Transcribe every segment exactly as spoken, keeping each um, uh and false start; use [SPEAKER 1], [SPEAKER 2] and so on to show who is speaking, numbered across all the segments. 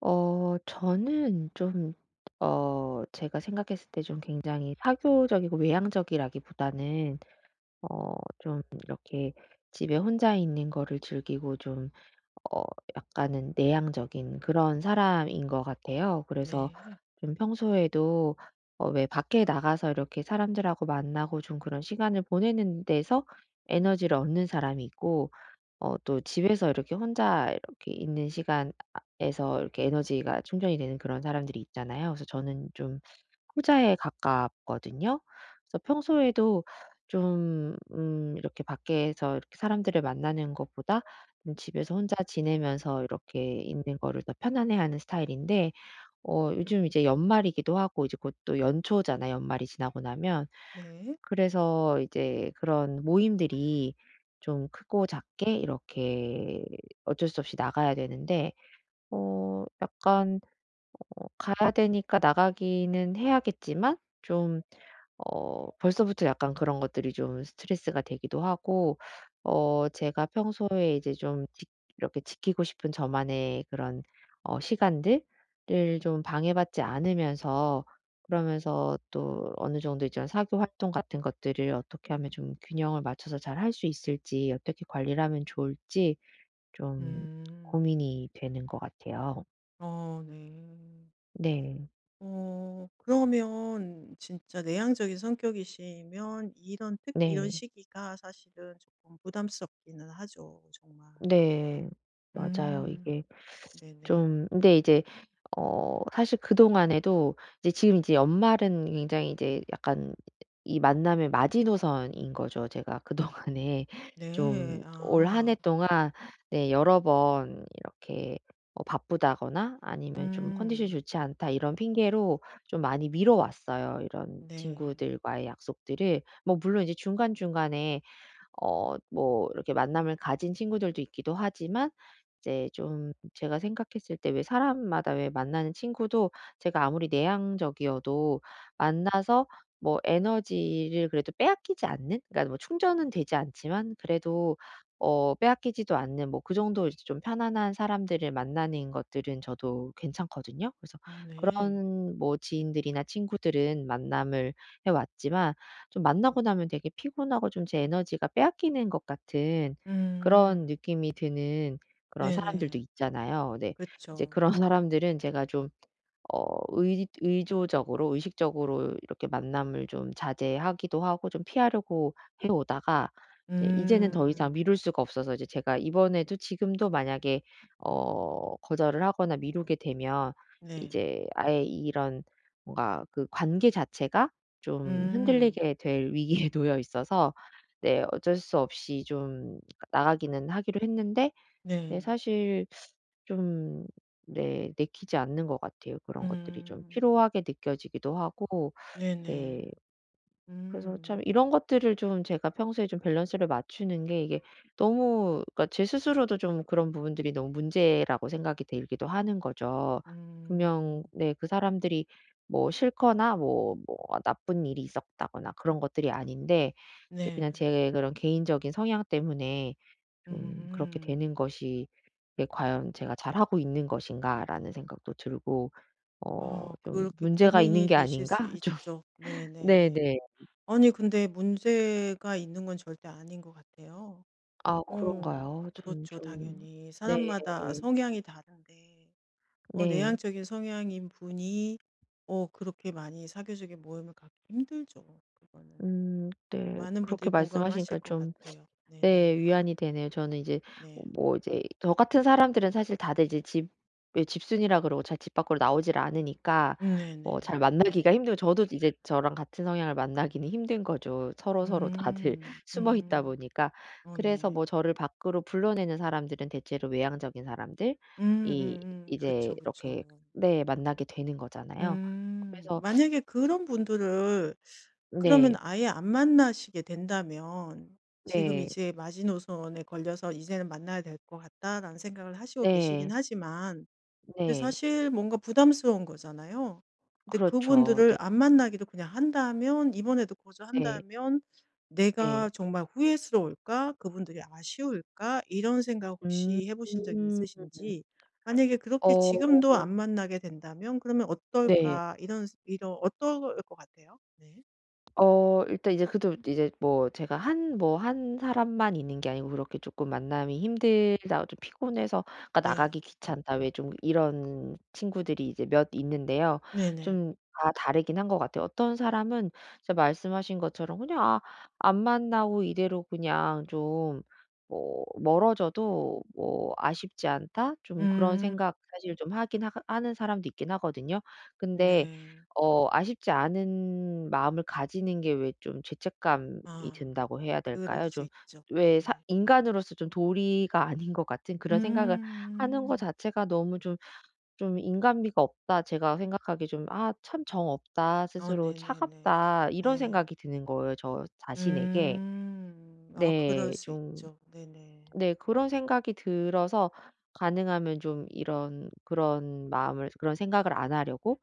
[SPEAKER 1] 어 저는 좀, 어 제가 생각했을 때 좀 굉장히 사교적이고 외향적이라기보다는 어 좀 이렇게 집에 혼자 있는 거를 즐기고 좀, 어 약간은 내향적인 그런 사람인 것 같아요. 그래서
[SPEAKER 2] 네.
[SPEAKER 1] 좀 평소에도 어 왜 밖에 나가서 이렇게 사람들하고 만나고 좀 그런 시간을 보내는 데서 에너지를 얻는 사람이 있고, 어 또 집에서 이렇게 혼자 이렇게 있는 시간에서 이렇게 에너지가 충전이 되는 그런 사람들이 있잖아요. 그래서 저는 좀 후자에 가깝거든요. 그래서 평소에도 좀, 음 이렇게 밖에서 이렇게 사람들을 만나는 것보다 좀 집에서 혼자 지내면서 이렇게 있는 거를 더 편안해하는 스타일인데, 어 요즘 이제 연말이기도 하고 이제 곧 또 연초잖아요, 연말이 지나고 나면.
[SPEAKER 2] 네.
[SPEAKER 1] 그래서 이제 그런 모임들이 좀 크고 작게 이렇게 어쩔 수 없이 나가야 되는데, 어 약간, 어 가야 되니까 나가기는 해야겠지만, 좀 어 벌써부터 약간 그런 것들이 좀 스트레스가 되기도 하고, 어 제가 평소에 이제 좀 지- 이렇게 지키고 싶은 저만의 그런 어 시간들을 좀 방해받지 않으면서, 그러면서 또 어느 정도 이제 사교 활동 같은 것들을 어떻게 하면 좀 균형을 맞춰서 잘 할 수 있을지, 어떻게 관리를 하면 좋을지 좀
[SPEAKER 2] 음.
[SPEAKER 1] 고민이 되는 것 같아요.
[SPEAKER 2] 어 네.
[SPEAKER 1] 네.
[SPEAKER 2] 어 그러면 진짜 내향적인 성격이시면 이런 특히 이런
[SPEAKER 1] 네.
[SPEAKER 2] 시기가 사실은 조금 부담스럽기는 하죠 정말.
[SPEAKER 1] 네. 맞아요.
[SPEAKER 2] 음.
[SPEAKER 1] 이게
[SPEAKER 2] 네네.
[SPEAKER 1] 좀, 근데 이제, 어 사실 그동안에도 이제 지금 이제 연말은 굉장히 이제 약간 이 만남의 마지노선인 거죠. 제가 그동안에
[SPEAKER 2] 네.
[SPEAKER 1] 좀 올 한해
[SPEAKER 2] 아.
[SPEAKER 1] 동안 네 여러 번 이렇게 어 바쁘다거나 아니면 좀 컨디션이
[SPEAKER 2] 음.
[SPEAKER 1] 좋지 않다 이런 핑계로 좀 많이 미뤄 왔어요, 이런
[SPEAKER 2] 네.
[SPEAKER 1] 친구들과의 약속들을. 뭐 물론 이제 중간중간에 어 뭐 이렇게 만남을 가진 친구들도 있기도 하지만, 이제 좀 제가 생각했을 때 왜 사람마다 왜 만나는 친구도, 제가 아무리 내향적이어도 만나서 뭐 에너지를 그래도 빼앗기지 않는, 그러니까 뭐 충전은 되지 않지만 그래도 어 빼앗기지도 않는 뭐 그 정도 이제 좀 편안한 사람들을 만나는 것들은 저도 괜찮거든요. 그래서
[SPEAKER 2] 어 네.
[SPEAKER 1] 그런 뭐 지인들이나 친구들은 만남을 해 왔지만, 좀 만나고 나면 되게 피곤하고 좀 제 에너지가 빼앗기는 것 같은 그런
[SPEAKER 2] 음.
[SPEAKER 1] 느낌이 드는 그런 사람들도
[SPEAKER 2] 네네.
[SPEAKER 1] 있잖아요. 네. 이제
[SPEAKER 2] 그렇죠.
[SPEAKER 1] 그런 사람들은 제가 좀 어 의 의조적으로 의식적으로 이렇게 만남을 좀 자제하기도 하고 좀 피하려고 해 오다가, 이제 이제는 더 이상
[SPEAKER 2] 음.
[SPEAKER 1] 미룰 수가 없어서 이제 제가 이번에도, 지금도 만약에 어 거절을 하거나 미루게 되면
[SPEAKER 2] 네.
[SPEAKER 1] 이제 아예 이런 뭔가 그 관계 자체가 좀
[SPEAKER 2] 음.
[SPEAKER 1] 흔들리게 될 위기에 놓여 있어서, 네 어쩔 수 없이 좀 나가기는 하기로 했는데, 네
[SPEAKER 2] 네.
[SPEAKER 1] 사실 좀, 네, 내키지 않는 것 같아요. 그런 것들이 좀
[SPEAKER 2] 음.
[SPEAKER 1] 피로하게 느껴지기도 하고. 네.
[SPEAKER 2] 네네.
[SPEAKER 1] 그래서 참
[SPEAKER 2] 음.
[SPEAKER 1] 이런 것들을 좀 제가 평소에 좀 밸런스를 맞추는 게, 이게 너무, 그러니까 제 스스로도 좀 그런 부분들이 너무 문제라고 생각이 들기도 하는 거죠. 분명
[SPEAKER 2] 음.
[SPEAKER 1] 네 그 사람들이 뭐 싫거나 뭐 뭐 나쁜 일이 있었다거나 그런 것들이 아닌데, 이제 그냥
[SPEAKER 2] 네.
[SPEAKER 1] 제 그런 개인적인 성향 때문에 좀 그렇게
[SPEAKER 2] 음.
[SPEAKER 1] 되는 것이, 이게 '과연 제가 잘하고 있는 것인가.'라는 생각도 들고, 어
[SPEAKER 2] 아
[SPEAKER 1] 좀,
[SPEAKER 2] 그렇게
[SPEAKER 1] '문제가 있는
[SPEAKER 2] 고민이
[SPEAKER 1] 게
[SPEAKER 2] 되실
[SPEAKER 1] 아닌가?'
[SPEAKER 2] 수
[SPEAKER 1] 좀.
[SPEAKER 2] 있죠. 네네네.
[SPEAKER 1] 네네.
[SPEAKER 2] 아니 근데 문제가 있는 건 절대 아닌 것 같아요.
[SPEAKER 1] 아,
[SPEAKER 2] 어
[SPEAKER 1] 그런가요? 저는
[SPEAKER 2] 그렇죠
[SPEAKER 1] 좀.
[SPEAKER 2] 당연히.
[SPEAKER 1] 네.
[SPEAKER 2] 사람마다 성향이 다른데 어
[SPEAKER 1] 네.
[SPEAKER 2] 내향적인 성향인 분이 어 그렇게 많이 사교적인 모임을 갖기 힘들죠 그거는.
[SPEAKER 1] 음, 네.
[SPEAKER 2] 많은 분들이
[SPEAKER 1] 그렇게
[SPEAKER 2] 공감하실
[SPEAKER 1] 말씀하시니까
[SPEAKER 2] 것
[SPEAKER 1] 좀,
[SPEAKER 2] 같아요.
[SPEAKER 1] 네,
[SPEAKER 2] 네네.
[SPEAKER 1] 위안이 되네요. 저는 이제,
[SPEAKER 2] 네.
[SPEAKER 1] 뭐 이제 저 같은 사람들은 사실 다들 이제 집, 왜 집순이라 그러고 잘 집 밖으로 나오질 않으니까 뭐
[SPEAKER 2] 네네.
[SPEAKER 1] 잘 만나기가 힘들고, 저도 이제 저랑 같은 성향을 만나기는 힘든 거죠. 서로서로 다들
[SPEAKER 2] 음.
[SPEAKER 1] 숨어 있다
[SPEAKER 2] 음.
[SPEAKER 1] 보니까.
[SPEAKER 2] 어
[SPEAKER 1] 그래서
[SPEAKER 2] 네.
[SPEAKER 1] 뭐 저를 밖으로 불러내는 사람들은 대체로 외향적인 사람들이
[SPEAKER 2] 음음음.
[SPEAKER 1] 이제
[SPEAKER 2] 그쵸,
[SPEAKER 1] 이렇게,
[SPEAKER 2] 그쵸.
[SPEAKER 1] 네, 만나게 되는 거잖아요.
[SPEAKER 2] 음.
[SPEAKER 1] 그래서.
[SPEAKER 2] 만약에 그런 분들을 그러면
[SPEAKER 1] 네.
[SPEAKER 2] 아예 안 만나시게 된다면 지금
[SPEAKER 1] 네.
[SPEAKER 2] 이제 마지노선에 걸려서 '이제는 만나야 될 것 같다.'라는 생각을 하시고 계시긴
[SPEAKER 1] 네.
[SPEAKER 2] 하지만 근데
[SPEAKER 1] 네.
[SPEAKER 2] 사실 뭔가 부담스러운 거잖아요. 근데
[SPEAKER 1] 그렇죠.
[SPEAKER 2] 그분들을
[SPEAKER 1] 네.
[SPEAKER 2] 안 만나기로 그냥 한다면 이번에도
[SPEAKER 1] 네.
[SPEAKER 2] 거절한다면
[SPEAKER 1] 네.
[SPEAKER 2] '내가 정말 후회스러울까? 그분들이 아쉬울까?' 이런 생각
[SPEAKER 1] 음.
[SPEAKER 2] 혹시 해 보신 적이 있으신지 만약에 그렇게
[SPEAKER 1] 어,
[SPEAKER 2] 지금도 안 만나게 된다면 그러면
[SPEAKER 1] 네.
[SPEAKER 2] 어떨까? 이런 이런 어떨 것 같아요? 네.
[SPEAKER 1] 어 일단 이제 그래도 이제, 뭐 제가 한, 뭐 한 사람만 있는 게 아니고, 그렇게 쪼끔 만남이 힘들다, 좀 피곤해서 그러니까
[SPEAKER 2] 네.
[SPEAKER 1] 나가기 귀찮다, 왜 좀 이런 친구들이 이제 몇 있는데요.
[SPEAKER 2] 네네.
[SPEAKER 1] 좀 다 다르긴 한 것 같아요. 어떤 사람은 진짜 말씀하신 것처럼 그냥, 아, 안 만나고 이대로 그냥 좀, 뭐 멀어져도 뭐 '아쉽지 않다.' 좀 그런
[SPEAKER 2] 음
[SPEAKER 1] 생각 사실 좀 하긴 하 하는 사람도 있긴 하거든요. 근데
[SPEAKER 2] 네.
[SPEAKER 1] 어 아쉽지 않은 마음을 가지는 게, 왜 좀 죄책감이
[SPEAKER 2] 아
[SPEAKER 1] 든다고 해야
[SPEAKER 2] 그럴
[SPEAKER 1] 될까요?
[SPEAKER 2] 수
[SPEAKER 1] 좀
[SPEAKER 2] 있죠.
[SPEAKER 1] 왜 사
[SPEAKER 2] 네네.
[SPEAKER 1] 인간으로서 좀 도리가 아닌 것 같은 그런 생각을 하는 거
[SPEAKER 2] 음.
[SPEAKER 1] 자체가 너무 좀 좀 '인간미가 없다.', 제가 생각하기에 좀 '아, 참 정 없다.
[SPEAKER 2] 어
[SPEAKER 1] 스스로
[SPEAKER 2] 네네네.
[SPEAKER 1] 차갑다.' 이런
[SPEAKER 2] 네.
[SPEAKER 1] 생각이 드는 거예요, 저 자신에게.
[SPEAKER 2] 음. 아 그럴
[SPEAKER 1] 네.
[SPEAKER 2] 수
[SPEAKER 1] 좀.
[SPEAKER 2] 있죠. 네네.
[SPEAKER 1] 네. 그런 생각이 들어서 가능하면 좀 이런 그런 마음을, 그런 생각을 안 하려고,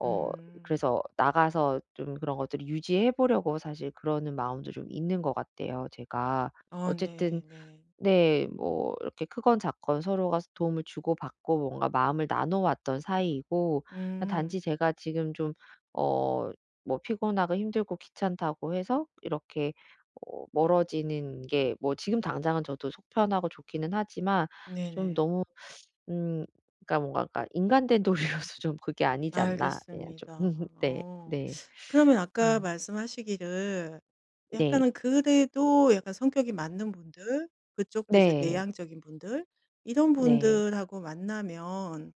[SPEAKER 1] 어
[SPEAKER 2] 음.
[SPEAKER 1] 그래서 나가서 좀 그런 것들을 유지해 보려고 사실 그러는 마음도 좀 있는 것 같아요 제가.
[SPEAKER 2] 어 네
[SPEAKER 1] 어쨌든
[SPEAKER 2] 네.
[SPEAKER 1] 네, 뭐 이렇게 크건 작건 서로가 도움을 주고받고 뭔가 마음을 나눠 왔던 사이이고, 그냥 단지
[SPEAKER 2] 음.
[SPEAKER 1] 제가 지금 좀, 어 뭐 피곤하고 힘들고 귀찮다고 해서 이렇게 어 멀어지는 게, 뭐 지금 당장은 저도 속 편하고 좋기는 하지만 좀
[SPEAKER 2] 네네.
[SPEAKER 1] 너무, 음 그러니까 뭔가, 그러니까 인간된 도리로서 좀 그게 아니지 않나. 그냥 좀
[SPEAKER 2] 알겠습니다.
[SPEAKER 1] 네.
[SPEAKER 2] 어.
[SPEAKER 1] 네.
[SPEAKER 2] 그러면 아까
[SPEAKER 1] 음.
[SPEAKER 2] 말씀하시기를
[SPEAKER 1] 네.
[SPEAKER 2] 약간은 그래도 약간 성격이 맞는 분들 그쪽도 이제
[SPEAKER 1] 네.
[SPEAKER 2] 내향적인 분들 이런
[SPEAKER 1] 네.
[SPEAKER 2] 분들하고 만나면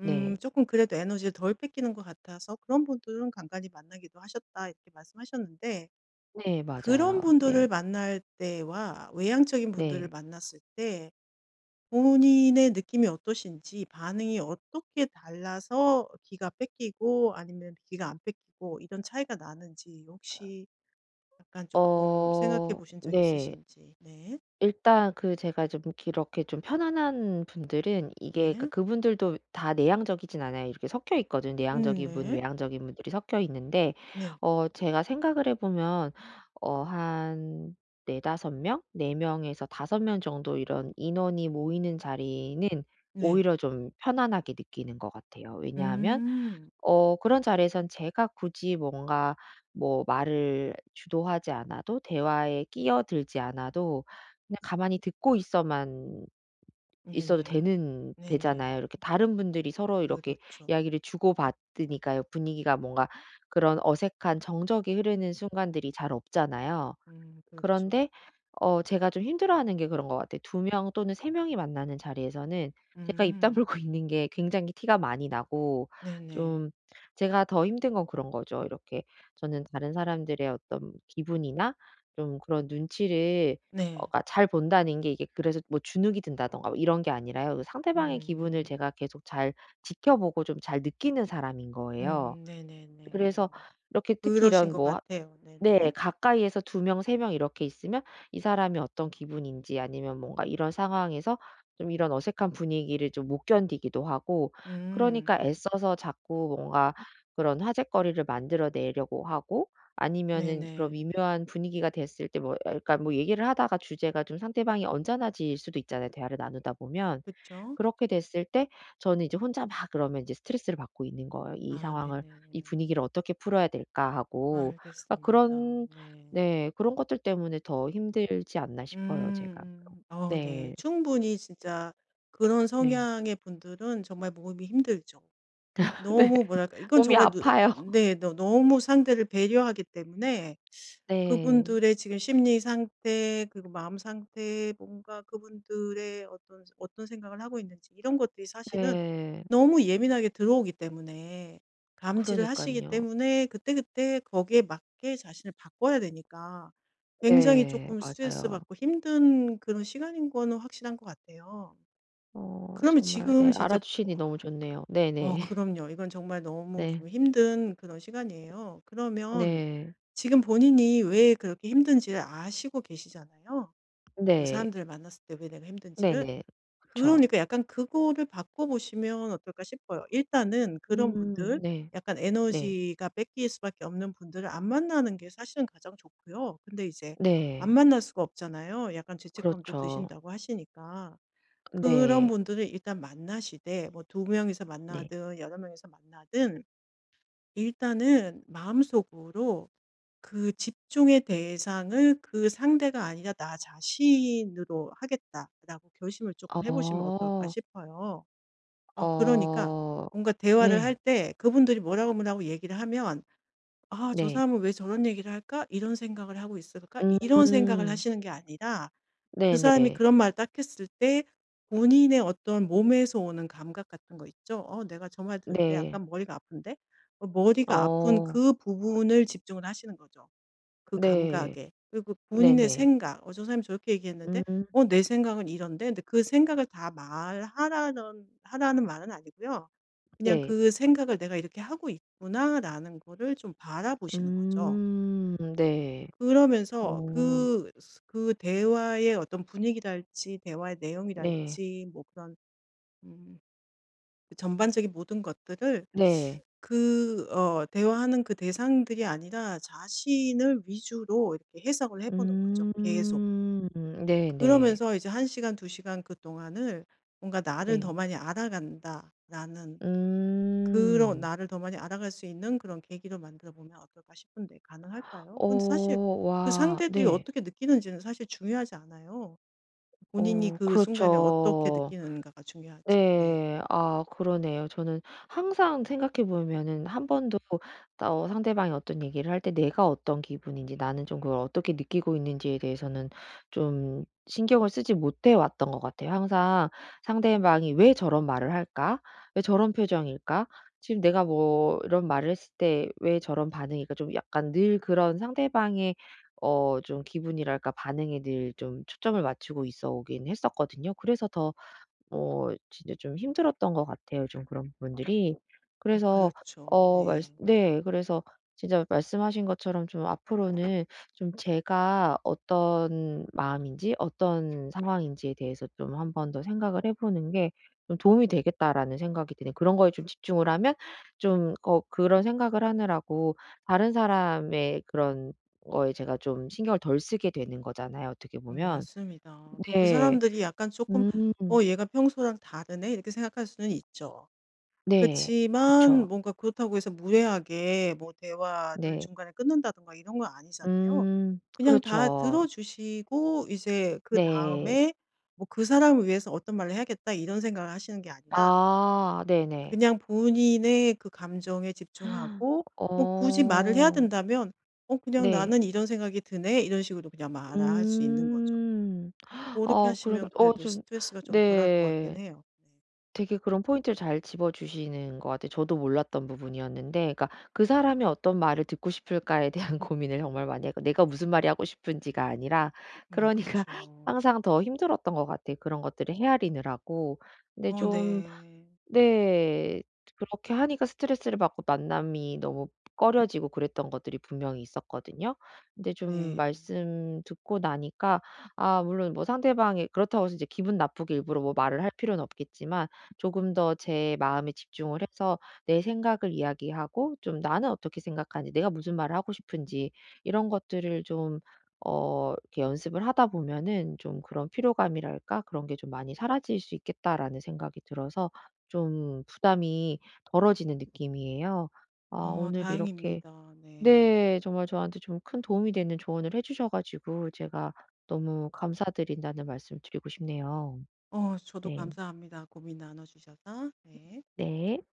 [SPEAKER 1] 네.
[SPEAKER 2] 조금 그래도 에너지를 덜 뺏기는 것 같아서 그런 분들은 간간히 만나기도 하셨다 이렇게 말씀하셨는데
[SPEAKER 1] 네.
[SPEAKER 2] 그런
[SPEAKER 1] 맞아요. 네.
[SPEAKER 2] 분들을 만날 때와 외향적인 분들을
[SPEAKER 1] 네.
[SPEAKER 2] 만났을 때 본인의 느낌이 어떠신지 반응이 어떻게 달라서 기가 뺏기고 아니면 기가 안 뺏기고 이런 차이가 나는지 혹시 약간 조금 생각해
[SPEAKER 1] 어,
[SPEAKER 2] 보신 적
[SPEAKER 1] 네.
[SPEAKER 2] 있으신지. 네.
[SPEAKER 1] 일단 그 제가 좀 이렇게 좀 편안한 분들은 이게, 그러니까
[SPEAKER 2] 네.
[SPEAKER 1] 그분들도 다 내향적이진 않아요. 이렇게 섞여 있거든.
[SPEAKER 2] 음
[SPEAKER 1] 내향적인 분,
[SPEAKER 2] 네.
[SPEAKER 1] 외향적인 분들이 섞여 있는데,
[SPEAKER 2] 네.
[SPEAKER 1] 어 제가 생각을 해 보면, 어 한 네다섯 명? 네 명에서 다섯 명 정도 이런 인원이 모이는 자리는
[SPEAKER 2] 네.
[SPEAKER 1] 오히려 좀 편안하게 느끼는 것 같아요. 왜냐하면
[SPEAKER 2] 음.
[SPEAKER 1] 어 그런 자리에선 제가 굳이 뭔가 뭐 말을 주도하지 않아도, 대화에 끼어들지 않아도 그냥 가만히 듣고 있어만 있어도
[SPEAKER 2] 네네.
[SPEAKER 1] 되는
[SPEAKER 2] 네네.
[SPEAKER 1] 되잖아요. 이렇게 다른 분들이 서로 이렇게
[SPEAKER 2] 그렇죠.
[SPEAKER 1] 이야기를 주고받으니까요. 분위기가 뭔가 그런 어색한 정적이 흐르는 순간들이 잘 없잖아요.
[SPEAKER 2] 음 그렇죠.
[SPEAKER 1] 그런데 어 제가 좀 힘들어하는 게 그런 것 같아요. 두 명 또는 세 명이 만나는 자리에서는 제가 입
[SPEAKER 2] 음.
[SPEAKER 1] 다물고 있는 게 굉장히 티가 많이 나고,
[SPEAKER 2] 네네.
[SPEAKER 1] 좀 제가 더 힘든 건 그런 거죠. 이렇게 저는 다른 사람들의 어떤 기분이나 좀 그런 눈치를,
[SPEAKER 2] 네.
[SPEAKER 1] 어
[SPEAKER 2] 네.
[SPEAKER 1] 그러니까 잘 본다는 게, 이게 그래서 뭐 주눅이 든다든가 뭐 이런 게 아니라요. 그 상대방의 기분을
[SPEAKER 2] 음.
[SPEAKER 1] 제가 계속 잘 지켜보고 좀 잘 느끼는 사람인 거예요.
[SPEAKER 2] 음 네네네.
[SPEAKER 1] 그래서 이렇게 특히
[SPEAKER 2] 그러신
[SPEAKER 1] 이런,
[SPEAKER 2] 것
[SPEAKER 1] 뭐 하
[SPEAKER 2] 같아요.
[SPEAKER 1] 네,
[SPEAKER 2] 네네.
[SPEAKER 1] 가까이에서 두 명 세 명 이렇게 있으면 이 사람이 어떤 기분인지, 아니면 뭔가 이런 상황에서 좀 이런 어색한 분위기를 좀 못 견디기도 하고, 그러니까
[SPEAKER 2] 음.
[SPEAKER 1] 애써서 자꾸 뭔가 그런 화제거리를 만들어 내려고 하고, 아니면은 그런
[SPEAKER 2] 네네.
[SPEAKER 1] 미묘한 분위기가 됐을 때, 뭐 약간 뭐 얘기를 하다가 주제가 좀 상대방이 언짢아질 수도 있잖아요, 대화를 나누다 보면.
[SPEAKER 2] 그쵸.
[SPEAKER 1] 그렇게 됐을 때 저는 이제 혼자 막 그러면 이제 스트레스를 받고 있는 거예요. '이
[SPEAKER 2] 아
[SPEAKER 1] 상황을, 이
[SPEAKER 2] 네네네.
[SPEAKER 1] 분위기를 어떻게 풀어야 될까.' 하고. 그러니까
[SPEAKER 2] 알겠습니다.
[SPEAKER 1] 그런,
[SPEAKER 2] 네.
[SPEAKER 1] 네, 그런 것들 때문에 더 힘들지 않나
[SPEAKER 2] 음.
[SPEAKER 1] 싶어요 제가.
[SPEAKER 2] 음. 어 네.
[SPEAKER 1] 네.
[SPEAKER 2] 충분히 진짜 그런
[SPEAKER 1] 네.
[SPEAKER 2] 성향의 분들은 정말 몸이 힘들죠.
[SPEAKER 1] 네.
[SPEAKER 2] 너무 뭐랄까 이건
[SPEAKER 1] 몸이
[SPEAKER 2] 정말 누
[SPEAKER 1] 아파요.
[SPEAKER 2] 네 너 너무 상대를 배려하기 때문에
[SPEAKER 1] 네.
[SPEAKER 2] 그분들의 지금 심리 상태 그리고 마음 상태 뭔가 그분들의 어떤 어떤 생각을 하고 있는지 이런 것들이 사실은
[SPEAKER 1] 네.
[SPEAKER 2] 너무 예민하게 들어오기 때문에
[SPEAKER 1] 그러니
[SPEAKER 2] 감지를
[SPEAKER 1] 까
[SPEAKER 2] 하시기
[SPEAKER 1] 요
[SPEAKER 2] 때문에 그때그때 거기에 맞게 자신을 바꿔야 되니까 굉장히
[SPEAKER 1] 네.
[SPEAKER 2] 조금 스트레스
[SPEAKER 1] 맞아요.
[SPEAKER 2] 받고 힘든 그런 시간인 거는 확실한 것 같아요.
[SPEAKER 1] 어
[SPEAKER 2] 그러면
[SPEAKER 1] 정말
[SPEAKER 2] 지금
[SPEAKER 1] 네
[SPEAKER 2] 진짜
[SPEAKER 1] 알아주시니 너무 좋네요.
[SPEAKER 2] 어
[SPEAKER 1] 네네.
[SPEAKER 2] 그럼요. 이건 정말 너무
[SPEAKER 1] 네.
[SPEAKER 2] 좀 힘든 그런 시간이에요. 그러면
[SPEAKER 1] 네.
[SPEAKER 2] 지금 본인이 왜 그렇게 힘든지를 아시고 계시잖아요. 그
[SPEAKER 1] 네.
[SPEAKER 2] 사람들을 만났을 때 왜 내가 힘든지를.
[SPEAKER 1] 네네. 그쵸.
[SPEAKER 2] 그러니까 약간 그거를 바꿔 보시면 어떨까 싶어요. 일단은 그런 분들
[SPEAKER 1] 음, 네.
[SPEAKER 2] 약간
[SPEAKER 1] 네.
[SPEAKER 2] 에너지가 뺏길 수밖에 없는 분들을 안 만나는 게 사실은 가장 좋고요. 근데 이제 안
[SPEAKER 1] 네.
[SPEAKER 2] 만날 수가 없잖아요. 약간 죄책감도
[SPEAKER 1] 그렇죠.
[SPEAKER 2] 드신다고 하시니까. 그런
[SPEAKER 1] 네.
[SPEAKER 2] 분들을 일단 만나시되 뭐 두 명이서
[SPEAKER 1] 네.
[SPEAKER 2] 만나든 여러 명이서 만나든 일단은 마음속으로 그 집중의 대상을 그 상대가 아니라 '나 자신으로 하겠다.'라고 결심을 조금 해 보시면 어떨까
[SPEAKER 1] 어.
[SPEAKER 2] 싶어요. 어 그러니까
[SPEAKER 1] 어.
[SPEAKER 2] 뭔가 대화를 할
[SPEAKER 1] 네.
[SPEAKER 2] 때 그분들이 뭐라고, 뭐라고 얘기를 하면 '아 저
[SPEAKER 1] 네.
[SPEAKER 2] 사람은 왜 저런 얘기를 할까? 이런 생각을 하고 있을까?' 이런 생각을
[SPEAKER 1] 음.
[SPEAKER 2] 하시는 게 아니라 그 사람이
[SPEAKER 1] 네네.
[SPEAKER 2] 그런 말을 딱 했을 때 본인의 어떤 몸에서 오는 감각 같은 거 있죠? '어 내가 저 말 들을 때
[SPEAKER 1] 네.
[SPEAKER 2] 약간 머리가 아픈데?' 어 머리가 아픈
[SPEAKER 1] 어.
[SPEAKER 2] 그 부분을 집중을 하시는 거죠, 그
[SPEAKER 1] 네.
[SPEAKER 2] 감각에. 그리고 본인의
[SPEAKER 1] 네네.
[SPEAKER 2] 생각 '어 저 사람이 저렇게 얘기했는데
[SPEAKER 1] 음.
[SPEAKER 2] 어 내 생각은 이런데.' 근데 그 생각을 다 말하라는 하라는 말은 아니고요. 그냥
[SPEAKER 1] 네.
[SPEAKER 2] '그 생각을 내가 이렇게 하고 있구나.'라는 거를 좀 바라보시는 거죠.
[SPEAKER 1] 음. 네.
[SPEAKER 2] 그러면서
[SPEAKER 1] 어.
[SPEAKER 2] 그 스 그 대화의 어떤 분위기랄지 대화의
[SPEAKER 1] 네.
[SPEAKER 2] 내용이랄지 뭐 그런 음 그 전반적인 모든 것들을
[SPEAKER 1] 네.
[SPEAKER 2] 그 어 대화하는 그 대상들이 아니라 자신을 위주로 이렇게 해석을 해 보는 거죠
[SPEAKER 1] 음.
[SPEAKER 2] 계속.
[SPEAKER 1] 네네.
[SPEAKER 2] 그러면서 이제 한 시간 두 시간 그동안을 뭔가 '나를 더
[SPEAKER 1] 네.
[SPEAKER 2] 많이 알아간다.'라는 그런
[SPEAKER 1] 음.
[SPEAKER 2] 나를 더 많이 알아갈 수 있는 그런 계기로 만들어 보면 어떨까 싶은데 가능할까요?
[SPEAKER 1] 어.
[SPEAKER 2] 근데 사실 그
[SPEAKER 1] 와.
[SPEAKER 2] 상대들이
[SPEAKER 1] 네.
[SPEAKER 2] 어떻게 느끼는지는 사실 중요하지 않아요. 본인이
[SPEAKER 1] 어,
[SPEAKER 2] 그 순간에 어떻게
[SPEAKER 1] 그렇죠.
[SPEAKER 2] 느끼는가가 중요하지. 네.
[SPEAKER 1] 네. 아, 그러네요. 저는 항상 생각해 보면은 한 번도 어 상대방이 어떤 얘기를 할 때 내가 어떤 기분인지, 나는 좀 그걸 어떻게 느끼고 있는지에 대해서는 좀 신경을 쓰지 못해 왔던 것 같아요. 항상 상대방이 '왜 저런 말을 할까? 왜 저런 표정일까? 지금 내가 뭐 이런 말을 했을 때 왜 저런 반응일까?' 좀 약간 늘 그런 상대방의 어 좀 기분이랄까 반응에 늘 좀 초점을 맞추고 있어 오긴 했었거든요. 그래서 더 어 진짜 좀 힘들었던 것 같아요, 좀 그런 부분들이.
[SPEAKER 2] 어
[SPEAKER 1] 그래서
[SPEAKER 2] 그렇죠.
[SPEAKER 1] 어 말씀,
[SPEAKER 2] 네.
[SPEAKER 1] 네, 그래서 진짜 말씀하신 것처럼 좀 앞으로는 좀 제가 어떤 마음인지 어떤 상황인지에 대해서 좀 한번 더 생각을 해 보는 게 좀, '도움이 되겠다.'라는 생각이 드는 그런 거에 좀 집중을 하면 좀, 어, 그런 생각을 하느라고 다른 사람의 그런 거에 제가 좀 신경을 덜 쓰게 되는 거잖아요, 어떻게
[SPEAKER 2] 음
[SPEAKER 1] 보면.
[SPEAKER 2] 맞습니다. 그럼 그
[SPEAKER 1] 네.
[SPEAKER 2] 사람들이 약간 조금
[SPEAKER 1] 음.
[SPEAKER 2] '어 얘가 평소랑 다르네.' 이렇게 생각할 수는 있죠.
[SPEAKER 1] 네. 그쵸.
[SPEAKER 2] 그치만 뭔가 그렇다고 해서 무례하게 뭐 대화를
[SPEAKER 1] 네.
[SPEAKER 2] 중간에 끊는다든가 이런 건 아니잖아요.
[SPEAKER 1] 음.
[SPEAKER 2] 그냥 다 들어
[SPEAKER 1] 그렇죠.
[SPEAKER 2] 주시고 이제
[SPEAKER 1] 네.
[SPEAKER 2] 그다음에 뭐 '그 사람을 위해서 어떤 말을 해야겠다.' 이런 생각을 하시는 게 아니라
[SPEAKER 1] 아, 네네.
[SPEAKER 2] 그냥 본인의 그 감정에 집중하고 뭐 굳이 말을 해야
[SPEAKER 1] 어.
[SPEAKER 2] 된다면 "어 그냥
[SPEAKER 1] 네.
[SPEAKER 2] 나는 이런 생각이 드네." 이런 식으로 그냥 말할 수 있는 거죠.
[SPEAKER 1] 음.
[SPEAKER 2] 그렇게
[SPEAKER 1] 아, 그러니까
[SPEAKER 2] 하시면
[SPEAKER 1] 어
[SPEAKER 2] 그래도
[SPEAKER 1] 좀,
[SPEAKER 2] 스트레스가 좀 덜할 것
[SPEAKER 1] 네,
[SPEAKER 2] 같긴 해요. 네.
[SPEAKER 1] 되게 그런 포인트를 잘 집어 주시는 것 같아요. 저도 몰랐던 부분이었는데, 그러니까 '그 사람이 어떤 말을 듣고 싶을까.'에 대한 고민을 정말 많이 했고 내가 무슨 말이 하고 싶은지가 아니라,
[SPEAKER 2] 음
[SPEAKER 1] 그러니까
[SPEAKER 2] 그쵸.
[SPEAKER 1] 항상 더 힘들었던 것 같아요, 그런 것들을 헤아리느라고. 근데
[SPEAKER 2] 어
[SPEAKER 1] 좀.
[SPEAKER 2] 네.
[SPEAKER 1] 네. 그렇게 하니까 스트레스를 받고 만남이 너무 꺼려지고 그랬던 것들이 분명히 있었거든요. 근데 좀
[SPEAKER 2] 네.
[SPEAKER 1] 말씀 듣고 나니까, 아, 물론 뭐 상대방이 그렇다고 해서 이제 기분 나쁘게 일부러 뭐 말을 할 필요는 없겠지만, 조금 더 제 마음에 집중을 해서 내 생각을 이야기하고, 좀 나는 어떻게 생각하는지, 내가 무슨 말을 하고 싶은지, 이런 것들을 좀 어 이렇게 연습을 하다 보면은 좀 그런 피로감이랄까 그런 게 좀 많이 사라질 수 있겠다라는 생각이 들어서 좀 부담이 덜어지는 느낌이에요. 아,
[SPEAKER 2] 어
[SPEAKER 1] 오늘 이렇게,
[SPEAKER 2] 다행입니다. 네.
[SPEAKER 1] 네, 정말 저한테 좀 큰 도움이 되는 조언을 해 주셔 가지고 제가 너무 감사드린다는 말씀 드리고 싶네요.
[SPEAKER 2] 어 저도
[SPEAKER 1] 네.
[SPEAKER 2] 감사합니다. 고민 나눠 주셔서. 네.
[SPEAKER 1] 네.